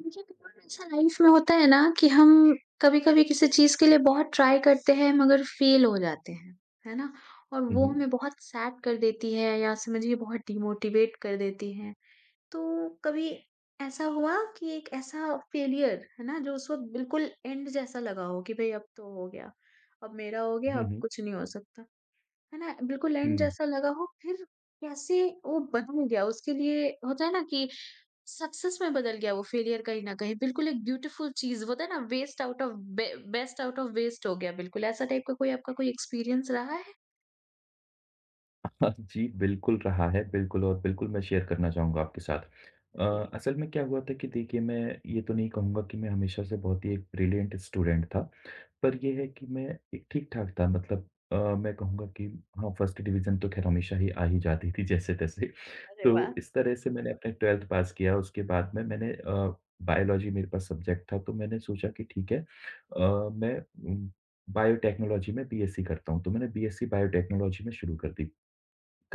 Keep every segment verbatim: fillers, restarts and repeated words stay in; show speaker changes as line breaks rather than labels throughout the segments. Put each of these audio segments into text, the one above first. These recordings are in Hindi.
मुझे बहुत ऐसा लाइफ में होता है ना कि हम कभी-कभी किसी चीज़ के लिए बहुत ट्राई करते हैं मगर फेल हो जाते हैं, है ना? और
हुँ,
वो
हुँ।
हमें बहुत सैड कर देती है या समझिए बहुत डिमोटिवेट कर देती है। तो कभी ऐसा हुआ कि एक ऐसा फेलियर है ना जो उस वक़्त बिल्कुल एंड जैसा लगा हो कि भई अब तो हो गया, अब मेरा हो गया,
हुँ,
अब
हुँ।
कुछ नहीं हो सकता। है ना? बिल्कुल लैंड
हुँ।
जैसा लगा हो, फिर कैसे वो बदल गया, उसके लिए होता है ना कि सक्सेस में बदल गया वो फेलियर कहीं न कहीं, बिल्कुल एक ब्यूटीफुल चीज़ होता है ना वेस्ट आउट ऑफ बे बेस्ट आउट ऑफ वेस्ट हो गया बिल्कुल, ऐसा टाइप का कोई आपका कोई एक्सपीरियंस रहा है?
हाँ जी, बिल्कुल रहा है, बिल्कुल, और बिल्कुल मैं शेयर करना चाहूँगा आपके साथ। अ,
जी,
असल में क्या हुआ था कि देखिए, मैं ये तो नहीं कहूँगा कि मैं हमेशा से बहुत ही एक ब्रिलियंट स्टूडेंट था। पर ये है कि मैं एक ठीक-ठाक था, मतलब अ, मैं कहूँगा कि हाँ, फर्स्ट डिवीज़न तो ख़ैर हमेशा ही आ ही जाती थी जैसे-तैसे।
अरे
तो
वाह!
इस तरह से मैंने अपने ट्वेल्थ पास किया, उसके बाद में मैंने अ, बायोलॉजी मेरे पास सब्जेक्ट था, तो मैंने सोचा कि ठीक है, अ, मैं उम, बायोटेक्नोलॉजी में बीएससी करता हूँ, तो मैंने बीएससी बायोटेक्नोलॉजी में शुरू कर दी।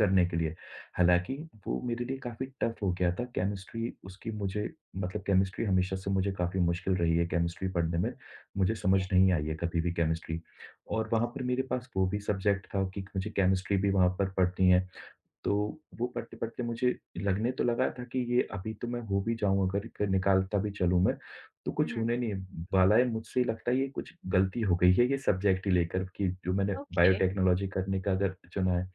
हुँ।
के लिए। हालाँकि वो मेरे लिए काफ़ी टफ़ हो गया था, केमिस्ट्री उसकी मुझे, मतलब केमिस्ट्री हमेशा से मुझे काफ़ी मुश्किल रही है, केमिस्ट्री पढ़ने में। मुझे समझ
ये
नहीं आई है कभी भी केमिस्ट्री, और वहाँ पर मेरे पास वो भी सब्जेक्ट था कि मुझे केमिस्ट्री भी वहाँ पर पढ़नी है। तो वो पढ़ते-पढ़ते मुझे लगने तो लगा था कि ये अभी तो मैं हो भी जाऊँ, अगर क निकालता भी चलूँ मैं, तो
हुँ,
कुछ
हुँ।
होने नहीं वाला है। मुझसे लगता है ये कुछ गलती हो गई है, ये सब्जेक्ट ही लेकर, कि जो मैंने
ओके,
बायोटेक्नोलॉजी करने का अगर चुना है।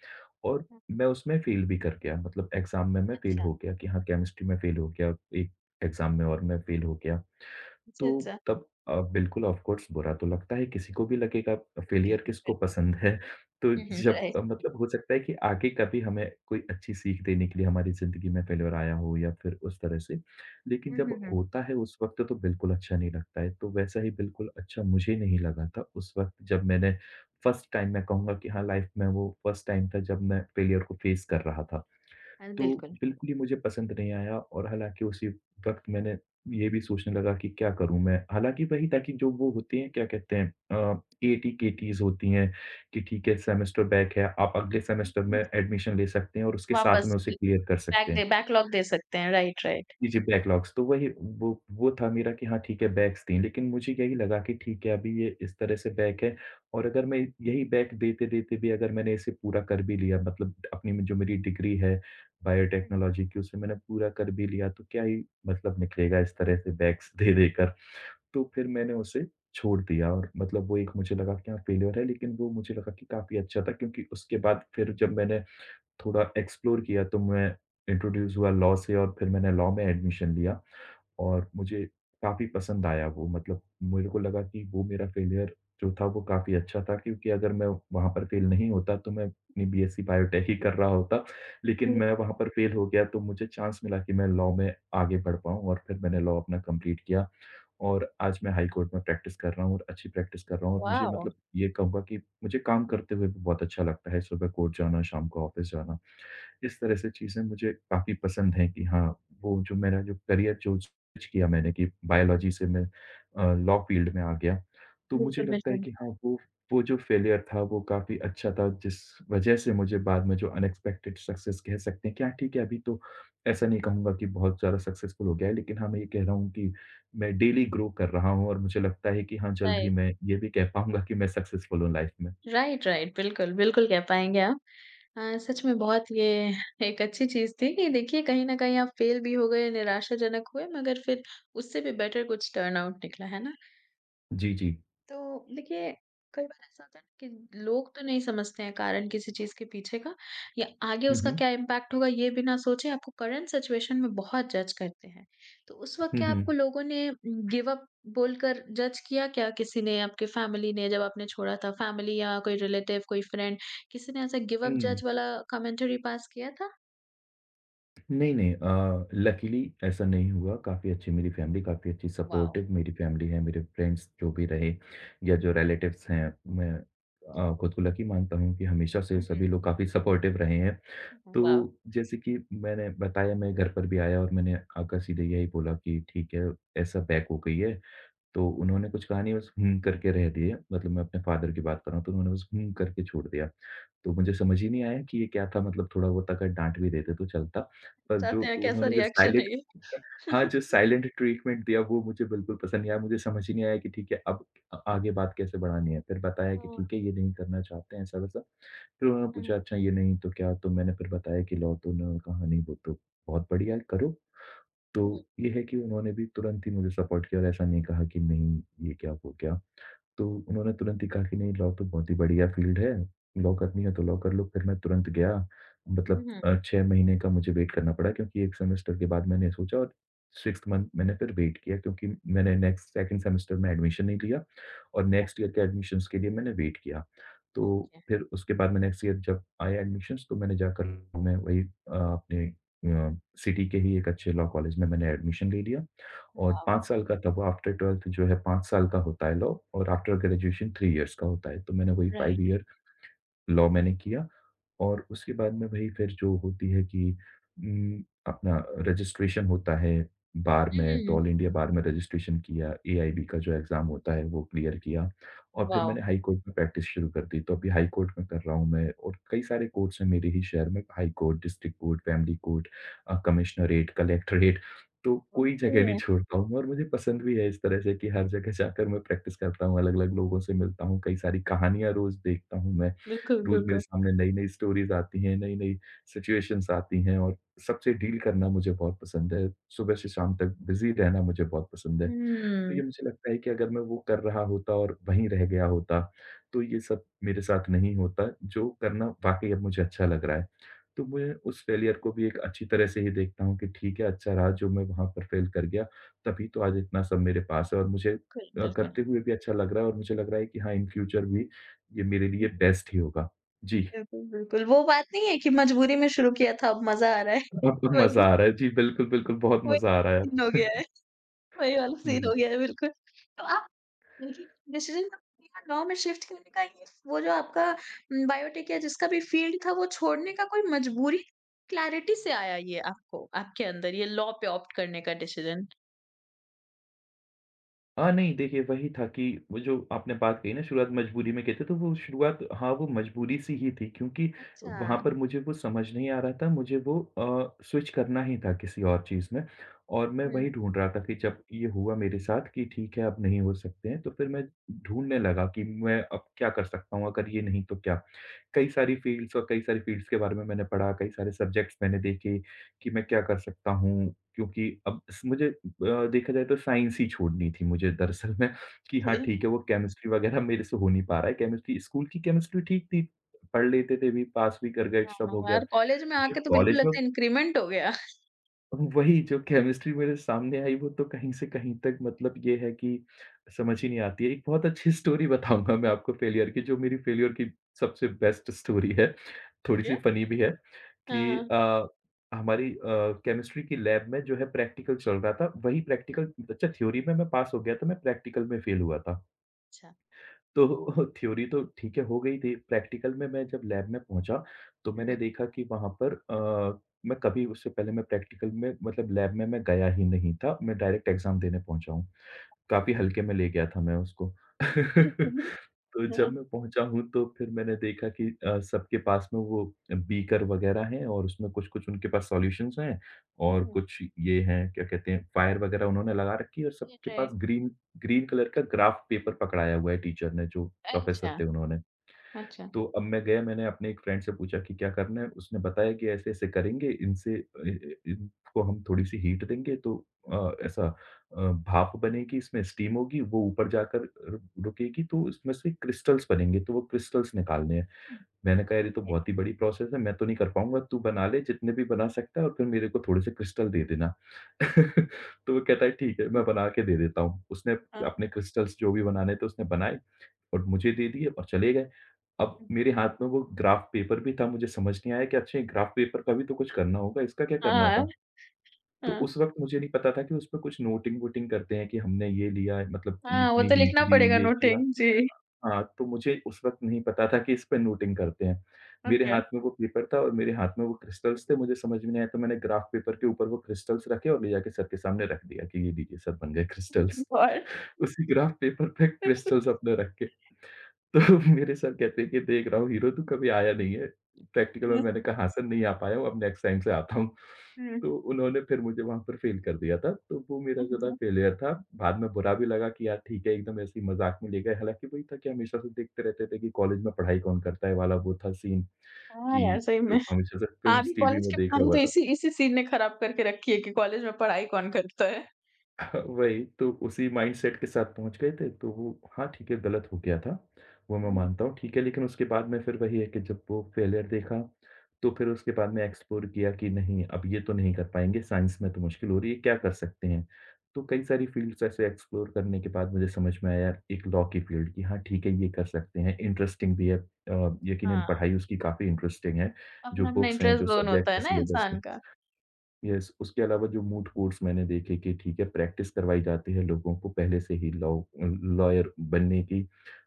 और
हुँ।
मैं उसमें फ़ेल भी कर गया, मतलब एग्ज़ाम में मैं फ़ेल
अच्छा।
हो गया कि हाँ, केमिस्ट्री में फ़ेल हो गया, एक एग्ज़ाम में, और मैं फ़ेल हो गया।
अच्छा,
तो
अच्छा।
तब अ, बिल्कुल ऑफ़ कोर्स बुरा तो लगता है, किसी को भी लगेगा, फेलियर
बिल्कुल,
किसको
बिल्कुल।
पसंद है। तो
हुँ, हुँ।
जब
राइट।
अ, मतलब हो सकता है कि आगे कभी हमें कोई अच्छी सीख देने के लिए हमारी ज़िंदगी में फेलियर आया हो या फिर उस तरह से। लेकिन
हुँ, हुँ,
जब
हुँ।
होता है उस वक़्त तो बिल्कुल अच्छा नहीं लगता है, तो वैसा ही बिल्कुल अच्छा मुझे नहीं लगा था उस वक़्त जब मैंने फर्स्ट टाइम, मैं कहूँगा कि हाँ, लाइफ़ में वो फर्स्ट टाइम था जब मैं फेलियर को फ़ेस कर रहा था।
हाँ,
तो
बिल्कुल।
बिल्कुल ही मुझे पसंद नहीं आया, और हालाँकि उसी वक़्त मैंने ये भी सोचने लगा कि क्या करूँ मैं? हालाँकि वही था कि जो वो होती हैं, क्या कहते हैं अ, एटी-केटीज़ होती हैं कि ठीक है सेमेस्टर बैक है, आप अगले सेमेस्टर में
हम्म,
एडमिशन ले सकते हैं और उसके साथ
वापस
में उसे क्लियर कर सकते
बैक
हैं।
दे बैकलॉग दे सकते हैं, राइट, राइट।
जी, जी, बैकलॉग्स तो वही वो वो था मेरा कि हाँ, ठीक है, बैक्स थी, लेकिन मुझे यही लगा कि ठीक है, अभी ये इस तरह से बैक है, और अगर मैं यही बैक देते-देते भी, अगर मैंने इसे पूरा कर भी लिया, मतलब अपनी में जो मेरी डिग्री है
हुँ।
बायोटेक्नोलॉजी की, उसे मैंने पूरा कर भी लिया, तो क्या ही मतलब निकलेगा इस तरह से बैक्स दे-दे कर। तो फिर मैंने उसे छोड़ दिया, और मतलब वो एक मुझे लगा कि हाँ, फेल्योर है, लेकिन वो मुझे लगा कि काफ़ी अच्छा था, क्योंकि उसके बाद फिर जब मैंने थोड़ा एक्सप्लोर किया, तो मैं इंट्रोड्यूस हुआ लॉ से, और फिर मैंने लॉ में एडमिशन लिया, और मुझे काफ़ी पसंद आया वो, मतलब मेरे को लगा कि वो मेरा फेलियर जो था वो काफ़ी अच्छा था, क्योंकि अगर मैं वहाँ पर फेल नहीं होता तो मैं अपनी बीएससी बायोटेक ही कर रहा होता। लेकिन
हुँ,
मैं वहाँ पर फेल हो गया, तो मुझे चांस मिला कि मैं लॉ में आगे बढ़ पाऊँ, और फिर मैंने लॉ अपना कंप्लीट किया, और आज मैं हाई कोर्ट में प्रैक्टिस कर रहा हूँ, और अच्छी प्रैक्टिस कर रहा हूँ, और मुझे,
वाओ!
मतलब ये कहूँगा कि मुझे काम करते हुए भी बहुत अच्छा लगता है, सुबह कोर्ट जाना, शाम को ऑफ़िस जाना। इस तरह से चीज़ें मुझे काफ़ी पसंद हैं कि हाँ, वो जो मेरा जो करियर जो स्विच किया मैंने कि बायोलॉजी से मैं अ, लॉ फील्ड में आ गया, तो मुझे
बिल्कुल,
लगता है
बिल्कुल।
कि हाँ, वो वो जो फेलियर था वो काफ़ी अच्छा था, जिस वज़ह से मुझे बाद में जो अनएक्सपेक्टेड सक्सेस कह सकते हैं कि हाँ, ठीक है, अभी तो ऐसा नहीं कहूँगा कि बहुत ज़्यादा सक्सेसफुल हो गया है, लेकिन हाँ, मैं ये कह रहा हूँ कि मैं डेली ग्रो कर रहा हूँ, और मुझे लगता है कि हाँ, जल्द ही
राइट,
मैं ये भी कह पाऊँगा कि मैं सक्सेसफुल हूँ लाइफ़ में।
Right, right. बिल्कुल, बिल्कुल कह पाएँगे आप। अ, सच में बहुत ये एक अच्छी चीज़ थी कि देखिए कहीं न कहीं आप फ़ेल भी हो गए, निराशाजनक हुए मगर फिर उससे भी बेटर कुछ टर्न आउट निकला, है ना?
जी, जी।
तो देखिए, कई बार ऐसा होता है ना कि लोग तो नहीं समझते हैं कारण किसी चीज़ के पीछे का या आगे
हुँ,
उसका
हुँ।
क्या इम्पैक्ट होगा ये बिना सोचे आपको करंट सिचुएशन में बहुत जज करते हैं। तो उस वक़्त
हुँ,
क्या आपको
हुँ।
लोगों ने गिव अप बोलकर जज किया क्या? किसी ने आपके फैमिली ने जब आपने छोड़ा था फैमिली या कोई रिलेटिव, कोई फ्रेंड किसी ने ऐसा गिव अप
हुँ।
जज वाला कमेंटरी पास किया था?
नहीं, नहीं, अ, लकीली ऐसा नहीं हुआ, काफ़ी अच्छी मेरी फैमिली, काफ़ी अच्छी
वाओ!
सपोर्टिव मेरी फैमिली है, मेरे फ्रेंड्स जो भी रहे या जो रिलेटिव्स हैं, मैं अ, खुद को लकी मानता हूँ कि हमेशा से
हुँ,
सभी
हुँ।
लोग काफ़ी सपोर्टिव रहे हैं। तो
वाओ!
जैसे कि मैंने बताया, मैं घर पर भी आया और मैंने आकर सीधे यही बोला कि ठीक है, ऐसा पैक हो गई है। तो उन्होंने कुछ कहा नहीं, बस हुँ करके रह दिए, मतलब मैं अपने फादर की बात कर रहा हूँ, तो उन्होंने बस हुँ करके छोड़ दिया। तो मुझे समझ ही नहीं आया कि ये क्या था, मतलब थोड़ा-बहुत अगर डाँट भी देते तो चलता, पर जो
चाहते हैं कैसा
उन्होंने जो
रिएक्शन है
साइलेंट
ये?
हाँ, जो साइलेंट ट्रीटमेंट दिया वो मुझे बिल्कुल पसंद नहीं आया, मुझे समझ ही नहीं आया कि ठीक है, अब अ, आगे बात कैसे बढ़ानी है। फिर बताया कि
हुँ,
ठीक है ये नहीं करना चाहते हैं ऐसा-वैसा, फिर उन्होंने
हुँ,
पूछा अच्छा ये नहीं तो क्या? तो मैंने फिर बताया कि लॉ, तो उन्होंने कहा नहीं वो तो बहुत बढ़िया है, करो। तो
हुँ,
ये है कि उन्होंने भी तुरंत ही मुझे सपोर्ट किया और ऐसा नहीं कहा कि नहीं ये क्या हो गया। तो उन्होंने तुरंत ही कहा कि नहीं, लॉ तो बहुत ही बढ़िया फ़ील्ड है, लॉ करनी है तो लॉ कर लो। फिर मैं तुरंत गया, मतलब
हुँ,
अ, छह महीने का मुझे वेट करना पड़ा, क्योंकि एक सेमेस्टर के बाद मैंने सोचा, और सिक्स्थ मंथ मैंने फिर वेट किया, क्योंकि मैंने नेक्स्ट सेकंड सेमेस्टर में एडमिशन नहीं लिया और नेक्स्ट ईयर के एडमिशन्स के लिए मैंने वेट किया। तो
ओके,
फिर उसके बाद में नेक्स्ट ईयर जब आए एडमिशन्स, तो मैंने जाकर मैं वही अ, अपने अ, सिटी के ही एक अच्छे लॉ कॉलेज में मैंने एडमिशन ले लिया। और
वाओ!
पाँच साल का था वो, आफ्टर ट्वेल्थ जो है पाँच साल का होता है लॉ, और आफ्टर ग्रेजुएशन थ्री इयर्स का होता है। तो मैंने वही फ़ाइव
राइट।
ईयर लॉ मैंने किया, और उसके बाद में वही फिर जो होती है कि उम, अपना रजिस्ट्रेशन होता है बार में, तो
हुँ,
ऑल इंडिया बार में रजिस्ट्रेशन किया, एआईबी का जो एग्ज़ाम होता है वो क्लियर किया, और फिर
वाह!
मैंने हाई कोर्ट में प्रैक्टिस शुरू कर दी। तो अभी हाई कोर्ट में कर रहा हूँ मैं, और कई सारे कोर्ट्स हैं मेरे ही शहर में, high court, district court, family court, अ, कमिश्नरेट, कलेक्टरेट, तो कोई जगह
सही
नहीं
है।
छोड़ता हूँ, और मुझे पसंद भी है इस तरह से कि हर जगह जाकर मैं प्रैक्टिस करता हूँ, अलग-अलग लोगों से मिलता हूँ, कई सारी कहानियाँ रोज़ देखता हूँ मैं।
बिल्कुल,
रोज़ मेरे
बिल्कुल।
सामने नई-नई स्टोरीज़ आती हैं, नई-नई सिचुएशंस आती हैं, और सबसे डील करना मुझे बहुत पसंद है। सुबह से शाम तक बिज़ी रहना मुझे बहुत पसंद है। तो ये
हुँ,
मुझे लगता है कि अगर मैं वो कर रहा होता और वहीं रह गया होता, तो ये सब मेरे साथ नहीं होता, जो करना वाक़ई अब मुझे अच्छा लग रहा है। तो मैं उस फ़ेलियर को भी एक अच्छी तरह से ही देखता हूँ कि ठीक है, अच्छा रहा जो मैं वहाँ पर फ़ेल कर गया, तभी तो आज इतना सब मेरे पास है, और मुझे
बिल्कुल,
अ,
बिल्कुल।
करते हुए भी अच्छा लग रहा है, और मुझे लग रहा है कि हाँ, इन फ्यूचर भी ये मेरे लिए
हुँ, हुँ।
बेस्ट ही होगा। जी,
बिल्कुल, बिल्कुल, वो बात नहीं है कि मजबूरी में शुरू किया था अब मज़ा आ रहा है।
अब तो मज़ा
वही
आ रहा है। जी, बिल्कुल, बिल्कुल, बहुत
वही
मज़ा आ रहा है
सीन हो गया
अब।
है, वही वाला सीन
हुँ।
हो गया है बिल्कुल। तो आप देखिए डिसीज़न गाँव में शिफ्ट करने का ये वो जो आपका उम, बायोटेक या जिसका भी फील्ड था वो छोड़ने का कोई मजबूरी क्लैरिटी से आया ये आपको आपके अंदर ये लॉ पे ऑप्ट करने का डिसीज़न?
हाँ, नहीं, देखिए वही था कि वो जो आपने बात कही ना, शुरुआत मजबूरी में कहते तो वो शुरुआत हाँ, वो मजबूरी सी ही थी, क्योंकि
अच्छा।
वहाँ पर मुझे वो समझ नहीं आ रहा था, मुझे वो अ, स्विच करना ही था किसी और चीज़ में, और मैं
हुँ।
वही ढूँढ रहा था कि जब ये हुआ मेरे साथ कि ठीक है अब नहीं हो सकते हैं, तो फिर मैं ढूँढने लगा कि मैं अब क्या कर सकता हूँ? अगर ये नहीं तो क्या? कई सारी फ़ील्ड्स और कई सारी फ़ील्ड्स के बारे में मैंने पढ़ा, कई सारे सब्जेक्ट्स मैंने देखे कि मैं क्या कर सकता हूँ? क्योंकि अब स मुझे अ, देखा जाए तो साइंस ही छोड़नी थी मुझे दरअसल में कि हाँ ठीक है, वो केमिस्ट्री वग़ैरह मेरे से हो नहीं पा रहा है। केमिस्ट्री स्कूल की केमिस्ट्री ठीक थी, पढ़ लेते थे भी, पास भी कर गए, सब
हाँ
हो गया।
यार, कॉलेज में
जब
आके तो बिल्कुल
कॉलेज में
लगता है इंक्रीमेंट हो गया।
वही जो केमिस्ट्री मेरे सामने आई वो तो कहीं से कहीं तक मतलब ये है कि समझ ही नहीं आती है। एक बहुत अच्छी स्टोरी बताऊँगा मैं आपको फेलियर की, जो मेरी फेलियर की सबसे बेस्ट स्टोरी है,
ओके।
थोड़ी-सी फ़नी भी है। कि
हाँ, हाँ।
अ, हमारी अ, केमिस्ट्री की लैब में जो है प्रैक्टिकल चल रहा था, वही प्रैक्टिकल अच्छा थ्योरी में मैं पास हो गया था, मैं प्रैक्टिकल में फेल हुआ था।
अच्छा।
तो थ्योरी तो ठीक है हो गई थी, प्रैक्टिकल में मैं जब लैब में पहुँचा, तो
हुँ,
मैंने
हुँ।
देखा कि वहाँ पर अ, मैं कभी उससे पहले मैं प्रैक्टिकल में मतलब लैब में मैं गया ही नहीं था, मैं डायरेक्ट एग्ज़ाम देने पहुँचा हूँ। काफ़ी हल्के में ले गया था मैं उसको।
हुँ।
तो जब
हाँ,
मैं पहुँचा हूँ तो फिर मैंने देखा कि अ, सबके पास में वो बीकर वग़ैरह हैं और उसमें कुछ-कुछ उनके पास सॉल्यूशंस हैं और
हुँ।
कुछ ये हैं, क्या कहते हैं, फायर वग़ैरह उन्होंने लगा रखी है और सबके पास
लिटरेट
ग्रीन ग्रीन कलर का ग्राफ पेपर पकड़ाया हुआ है टीचर ने, जो प्रोफ़ेसर
अच्छा,
थे उन्होंने।
अच्छा।
तो अब मैं गया मैंने अपने एक फ्रेंड से पूछा कि क्या करना है? उसने बताया कि ऐसे-ऐसे करेंगे इनसे अ, इ इनको हम थोड़ी-सी हीट देंगे तो अ, ऐसा अ, भाप बनेगी इसमें स्टीम होगी वो ऊपर जाकर रु रुकेगी तो इसमें से क्रिस्टल्स बनेंगे तो वो क्रिस्टल्स निकालने हैं। मैंने कहा यार ये तो
ओके।
बहुत ही बड़ी प्रोसेस है मैं तो नहीं कर पाऊँगा तू बना ले जितने भी बना सकता है और फिर मेरे को थोड़े-से क्रिस्टल दे देना। तो वो कहता है ठीक है मैं बना के दे देता हूँ। उसने
हाँ,
अपने क्रिस्टल्स जो भी बनाने थे उसने बनाए और मुझे दे दिए और चले गए। अब
हुँ।
मेरे हाथ में वो ग्राफ़ पेपर भी था, मुझे समझ नहीं आया कि अच्छा ग्राफ़ पेपर का भी तो कुछ करना होगा, इसका क्या करना
हाँ,
था? तो
हाँ।
उस वक़्त मुझे नहीं पता था कि उसपे कुछ नोटिंग-वोटिंग करते हैं कि हमने ये लिया है, मतलब
हाँ, वो
इतनी
तो
हीट
लिखना
दी,
पड़ेगा
ये किया।
नोटिंग जी।
हाँ, तो मुझे उस वक़्त नहीं पता था कि इस पे नोटिंग करते हैं। मेरे
ओके।
हाथ में वो पेपर था और मेरे हाथ में वो क्रिस्टल्स थे, मुझे समझ में नहीं आया तो मैंने ग्राफ़ पेपर के ऊपर वो क्रिस्टल्स रखे और ले जाके सर के सामने रख दिया कि ये लीजिए सर बन गए क्रिस्टल्स।
गॉड
उसी ग्राफ़ पेपर पे क्रिस्टल्स अपने रख के। तो मेरे सर कहते हैं कि देख रहा हूँ हीरो तू कभी आया नहीं है। प्रैक्टिकल में
हुँ,
मैंने कहा हाँ सर नहीं आ पाया हूँ, अब नेक्स्ट टाइम से आता हूँ। तो उन्होंने फिर मुझे वहाँ पर फ़ेल कर दिया था। तो वो मेरा ज़रा
हुँ।
फ़ेलियर था। बाद में बुरा भी लगा कि यार ठीक है एकदम ऐसे ही मज़ाक में ले गए। हालाँकि वही था कि हमेशा से देखते रहते थे कि कॉलेज में पढ़ाई कौन करता है वाला वो था सीन
हाँ यार,
कि
सही में।
जो हमेशा से
हाँ,
फ़िल्म्स
अभी
टीवी
कॉलेज
में
की
देखा
पढ़ाई
हुआ
तो
था।
इसी इसी चीज़ ने खराब करके रखी है कि कॉलेज में पढ़ाई कौन करता है।
वही, तो उसी माइंडसेट के साथ पहुँच गए थे, तो वो हाँ, ठीक है, गलत हो गया था, वो मैं
हुँ।
मानता हूँ, ठीक है, लेकिन उसके बाद में फिर वही है कि जब वो फेलियर देखा, तो फिर उसके बाद में एक्सप्लोर किया कि नहीं, अब ये तो नहीं कर पाएँगे, साइंस में तो मुश्किल हो रही है, क्या कर सकते हैं? तो कई सारी फील्ड्स ऐसे एक्सप्लोर करने के बाद मुझे समझ में आया एक लॉ की फील्ड कि हाँ, ठीक है, ये कर सकते हैं, इंटरेस्टिंग भी है अ, यकीनन
हाँ,
पढ़ाई उसकी काफ़ी इंटरेस्टिंग है, जो
अपना-अपना
बुक्स हैं,
इंटरेस्ट
जो
ज़ोन होता
सब्जेक्ट है,
है ना
सिलेबस
इंसान
है।
का।
यस, उसके अलावा जो मूट कोर्ट्स मैंने देखे कि ठीक है, प्रैक्टिस करवाई जाती है लोगों को पहले से ही लॉ लॉयर बनने की,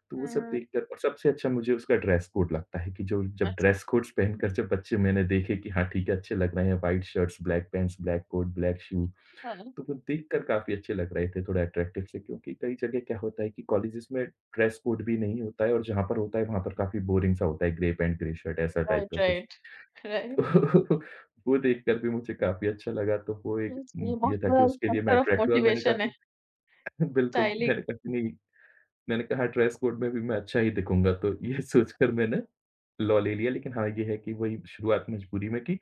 तो वो
हाँ,
सब
हाँ।
देखकर और सबसे अच्छा मुझे उसका ड्रेस कोड लगता है कि जो जब ड्रेस कोड्स पहनकर जब बच्चे मैंने देखे कि हाँ, ठीक है, अच्छे लग रहे हैं, white shirts, black pants, black coat, black shoe,
अच्छा।
तो वो देखकर काफ़ी अच्छे लग रहे थे, थोड़ा अट्रैक्टिव से क्योंकि कई जगह क्या होता है कि कॉलेजेस में ड्रेस कोड भी नहीं होता है और जहाँ पर होता है, वहाँ पर काफ़ी बोरिंग सा होता है, ग्रे पैंट, ग्रे शर्ट ऐसा टाइप
राइट,
का कुछ।
राइट,
तो
राइट।
वो देखकर भी मुझे काफ़ी अच्छा लगा तो वो एक
हुँ,
उम,
ये
ये
बहुत
था कि
बड़ा एक
उसके लिए मैं
फैक्टर ऑफ
अट्रैक्टिव और मैंने कहा
मोटिवेशन है,
कि बिल्कुल,
स्टाइलिंग
मैंने कहा कि नहीं, मैंने कहा ड्रेस कोड में भी मैं अच्छा ही दिखूँगा तो ये सोचकर मैंने लॉ ले लिया लेकिन हाँ, ये है कि वही शुरुआत मजबूरी में की,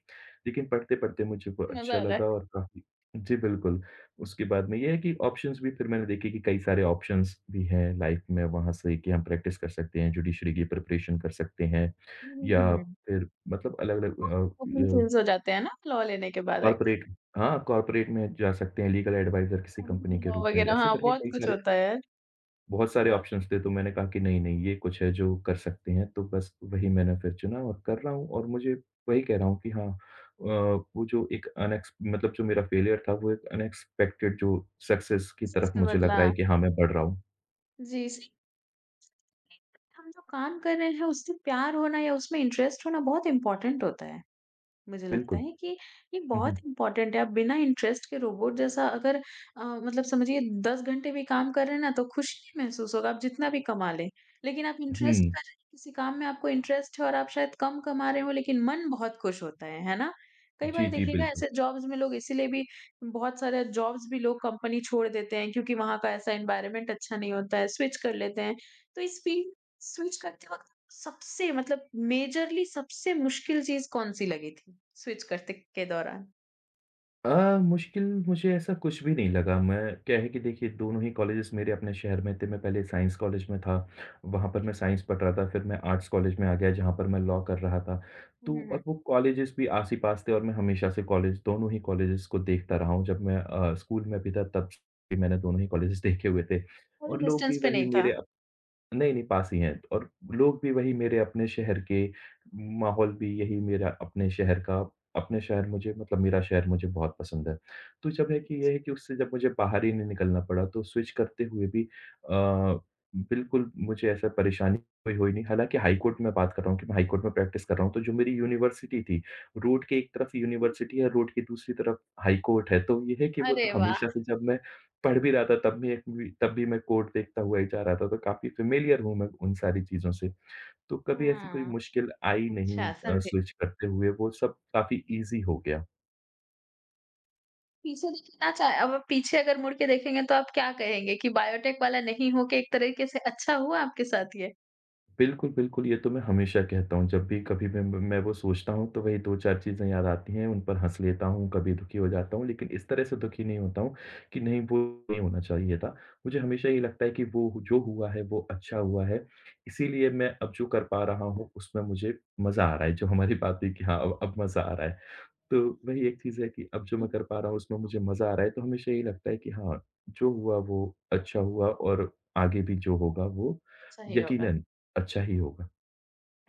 लेकिन पढ़ते-पढ़ते मुझे वो
मज़ा
अच्छा
आ रहा
लगा
है।
और काफ़ी जी, बिल्कुल। उसके बाद में ये है कि ऑप्शंस भी फिर मैंने देखे कि कई सारे ऑप्शंस भी हैं लाइफ़ में वहाँ से कि हम प्रैक्टिस कर सकते हैं, जुडिशरी की प्रिपरेशन कर सकते हैं
हुँ, हुँ,
या
हुँ।
फिर मतलब अलग-अलग
ओपन
अ,
चेंज हो जाते हैं ना लॉ लेने के बाद एक्ट
कॉर्पोरेट हाँ, कॉर्पोरेट में जा सकते हैं लीगल एडवाइज़र किसी कंपनी के
लॉ
रूप में।
वगैरह
ऐसे
हाँ,
करके
बहुत
कई
कुछ
सारे
होता है यार,
बहुत सारे
बहुत कुछ।
ऑप्शंस थे, तो मैंने कहा कि नहीं-नहीं ये कुछ है जो कर सकते हैं, तो बस वही मैंने फिर चुना और कर रहा हूँ और मुझे वही कह रहा हूँ कि हाँ अ, वो जो एक अनएक्स मतलब जो मेरा फेलियर था, वो एक अनएक्सपेक्टेड जो सक्सेस की
सच
तरफ
में
मुझे लग
बदला
रहा है कि हाँ, मैं बढ़ रहा हूँ।
जी, सही हम जो काम कर रहे हैं उससे प्यार होना या उसमें इंटरेस्ट होना बहुत इम्पोर्टेंट होता है। मुझे लगता
बिल्कुल।
है कि ये
हुँ,
बहुत
हुँ।
इम्पोर्टेंट है। आप बिना इंटरेस्ट के रोबोट जैसा अगर अ, मतलब समझिए दस घंटे भी काम कर रहे हैं ना तो खुश नहीं महसूस होगा, आप जितना भी कमा लें। लेकिन आप इंटरेस्ट
हुँ।
कर रहे हैं, किसी काम में आपको इंटरेस्ट है और आप शायद कम कमा रहे हो लेकिन मन बहुत खुश होता है, है ना? कई
जी,
बार
जी,
देखिएगा
बिल्कुल।
ऐसे जॉब्स में लोग इसीलिए भी बहुत सारे जॉब्स भी लोग कंपनी छोड़ देते हैं क्योंकि वहाँ का ऐसा एनवायरनमेंट अच्छा नहीं होता है, स्विच कर लेते हैं। तो इस फील्ड स्विच करते वक़्त सबसे मतलब मेजरली सबसे मुश्किल चीज़ कौन-सी लगी थी स्विच करते के दौरान?
अ, मुश्किल मुझे ऐसा कुछ भी नहीं लगा। मैं क्या है कि देखिए दोनों ही कॉलेजेस मेरे अपने शहर में थे। मैं पहले साइंस कॉलेज में था, वहाँ पर मैं साइंस पढ़ रहा था। फिर मैं आर्ट्स कॉलेज में आ गया जहाँ पर मैं लॉ कर रहा था।
हुँ,
तो
हुँ,
और
हुँ।
वो कॉलेजेस भी आस-ही-पास थे और मैं हमेशा से कॉलेज दोनों ही कॉलेजेस को देखता रहा हूँ। जब मैं अ, स्कूल में भी था तब भी मैंने दोनों ही कॉलेजेस देखे हुए थे
थोड़ा
और लोग भी
डिस्टेंस पे
वही
नहीं था।
मेरे नहीं, नहीं, पास ही हैं और लोग भी वही मेरे अपने शहर के, माहौल भी यही मेरा अपने शहर का अपने शहर मुझे मतलब मेरा शहर मुझे बहुत पसंद है। तो जब है कि ये है कि उससे जब मुझे बाहर ही नहीं निकलना पड़ा तो स्विच करते हुए भी अ, बिल्कुल मुझे ऐसा परेशानी कोई हुई नहीं। हालाँकि हाई कोर्ट में बात कर रहा हूँ कि मैं हाई कोर्ट में प्रैक्टिस कर रहा हूँ, तो जो मेरी यूनिवर्सिटी थी, रोड के एक तरफ यूनिवर्सिटी है, रोड की दूसरी तरफ हाई कोर्ट है। तो ये है कि वो तो
अरे वाह!
हमेशा से जब मैं पढ़ भी रहा था तब भी एक मूवी तब भी मैं कोट देखता हुआ ही जा रहा था, तो काफ़ी फ़ेमिलियर हूँ मैं उन सारी चीज़ों से। तो कभी ऐसी कोई
हाँ,
मुश्किल आई नहीं
अच्छा
अ,
समझे।
स्विच करते हुए, वो सब काफ़ी ईज़ी हो गया।
पीछे देखना चाहे अब आप पीछे अगर मुड़ के देखेंगे तो आप क्या कहेंगे कि बायोटेक वाला नहीं हो के एक तरीके से अच्छा हुआ आपके साथ ये?
बिल्कुल, बिल्कुल, ये तो मैं हमेशा कहता हूँ, जब भी कभी मैं मैं वो सोचता हूँ तो वही दो चार चीज़ें याद आती हैं, उन पर हँस लेता हूँ, कभी दुखी हो जाता हूँ, लेकिन इस तरह से दुखी नहीं होता हूँ कि नहीं वो नहीं होना चाहिए था। मुझे हमेशा ये लगता है कि वो जो हुआ है वो अच्छा हुआ है, इसीलिए मैं अब जो कर पा रहा हूँ उसमें मुझे मज़ा आ रहा है, जो हमारी बात हुई कि हाँ, अब अब मज़ा आ रहा है। तो वही एक चीज़ है कि अब जो मैं
हुँ,
कर पा रहा हूँ उसमें मुझे मज़ा आ रहा है, तो हमेशा यही लगता है कि हाँ, जो हुआ वो अच्छा हुआ और आगे भी जो होगा वो
सही होगा।
यकीनन अच्छा ही होगा।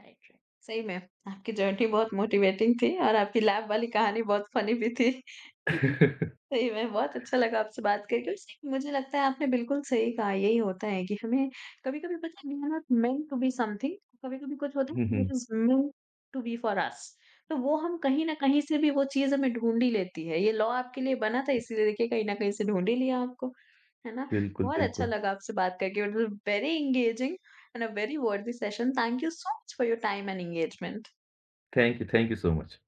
Right, right. सही में आपकी जर्नी बहुत मोटिवेटिंग थी और आपकी लैब वाली कहानी बहुत फ़नी भी थी। सही में बहुत अच्छा लगा आपसे बात करके और सही में मुझे लगता है आपने बिल्कुल सही कहा, यही होता है कि हमें कभी-कभी पता है we are not meant to be something, कभी-कभी कुछ होता
हुँ,
है that
hmm.
Is meant to be for us. तो वो हम कहीं न कहीं से भी वो चीज़ हमें ढूँढ ही लेती है। ये लॉ आपके लिए बना था इसीलिए देखिए कहीं न कहीं से ढूँढ ही लिया आपको, है ना?
बिल्कुल,
बहुत अच्छा
बिल्कुल।
लगा आपसे बात करके, it was very engaging and a very worthy session. Thank you so much for your time and engagement.
Thank you, thank you so much.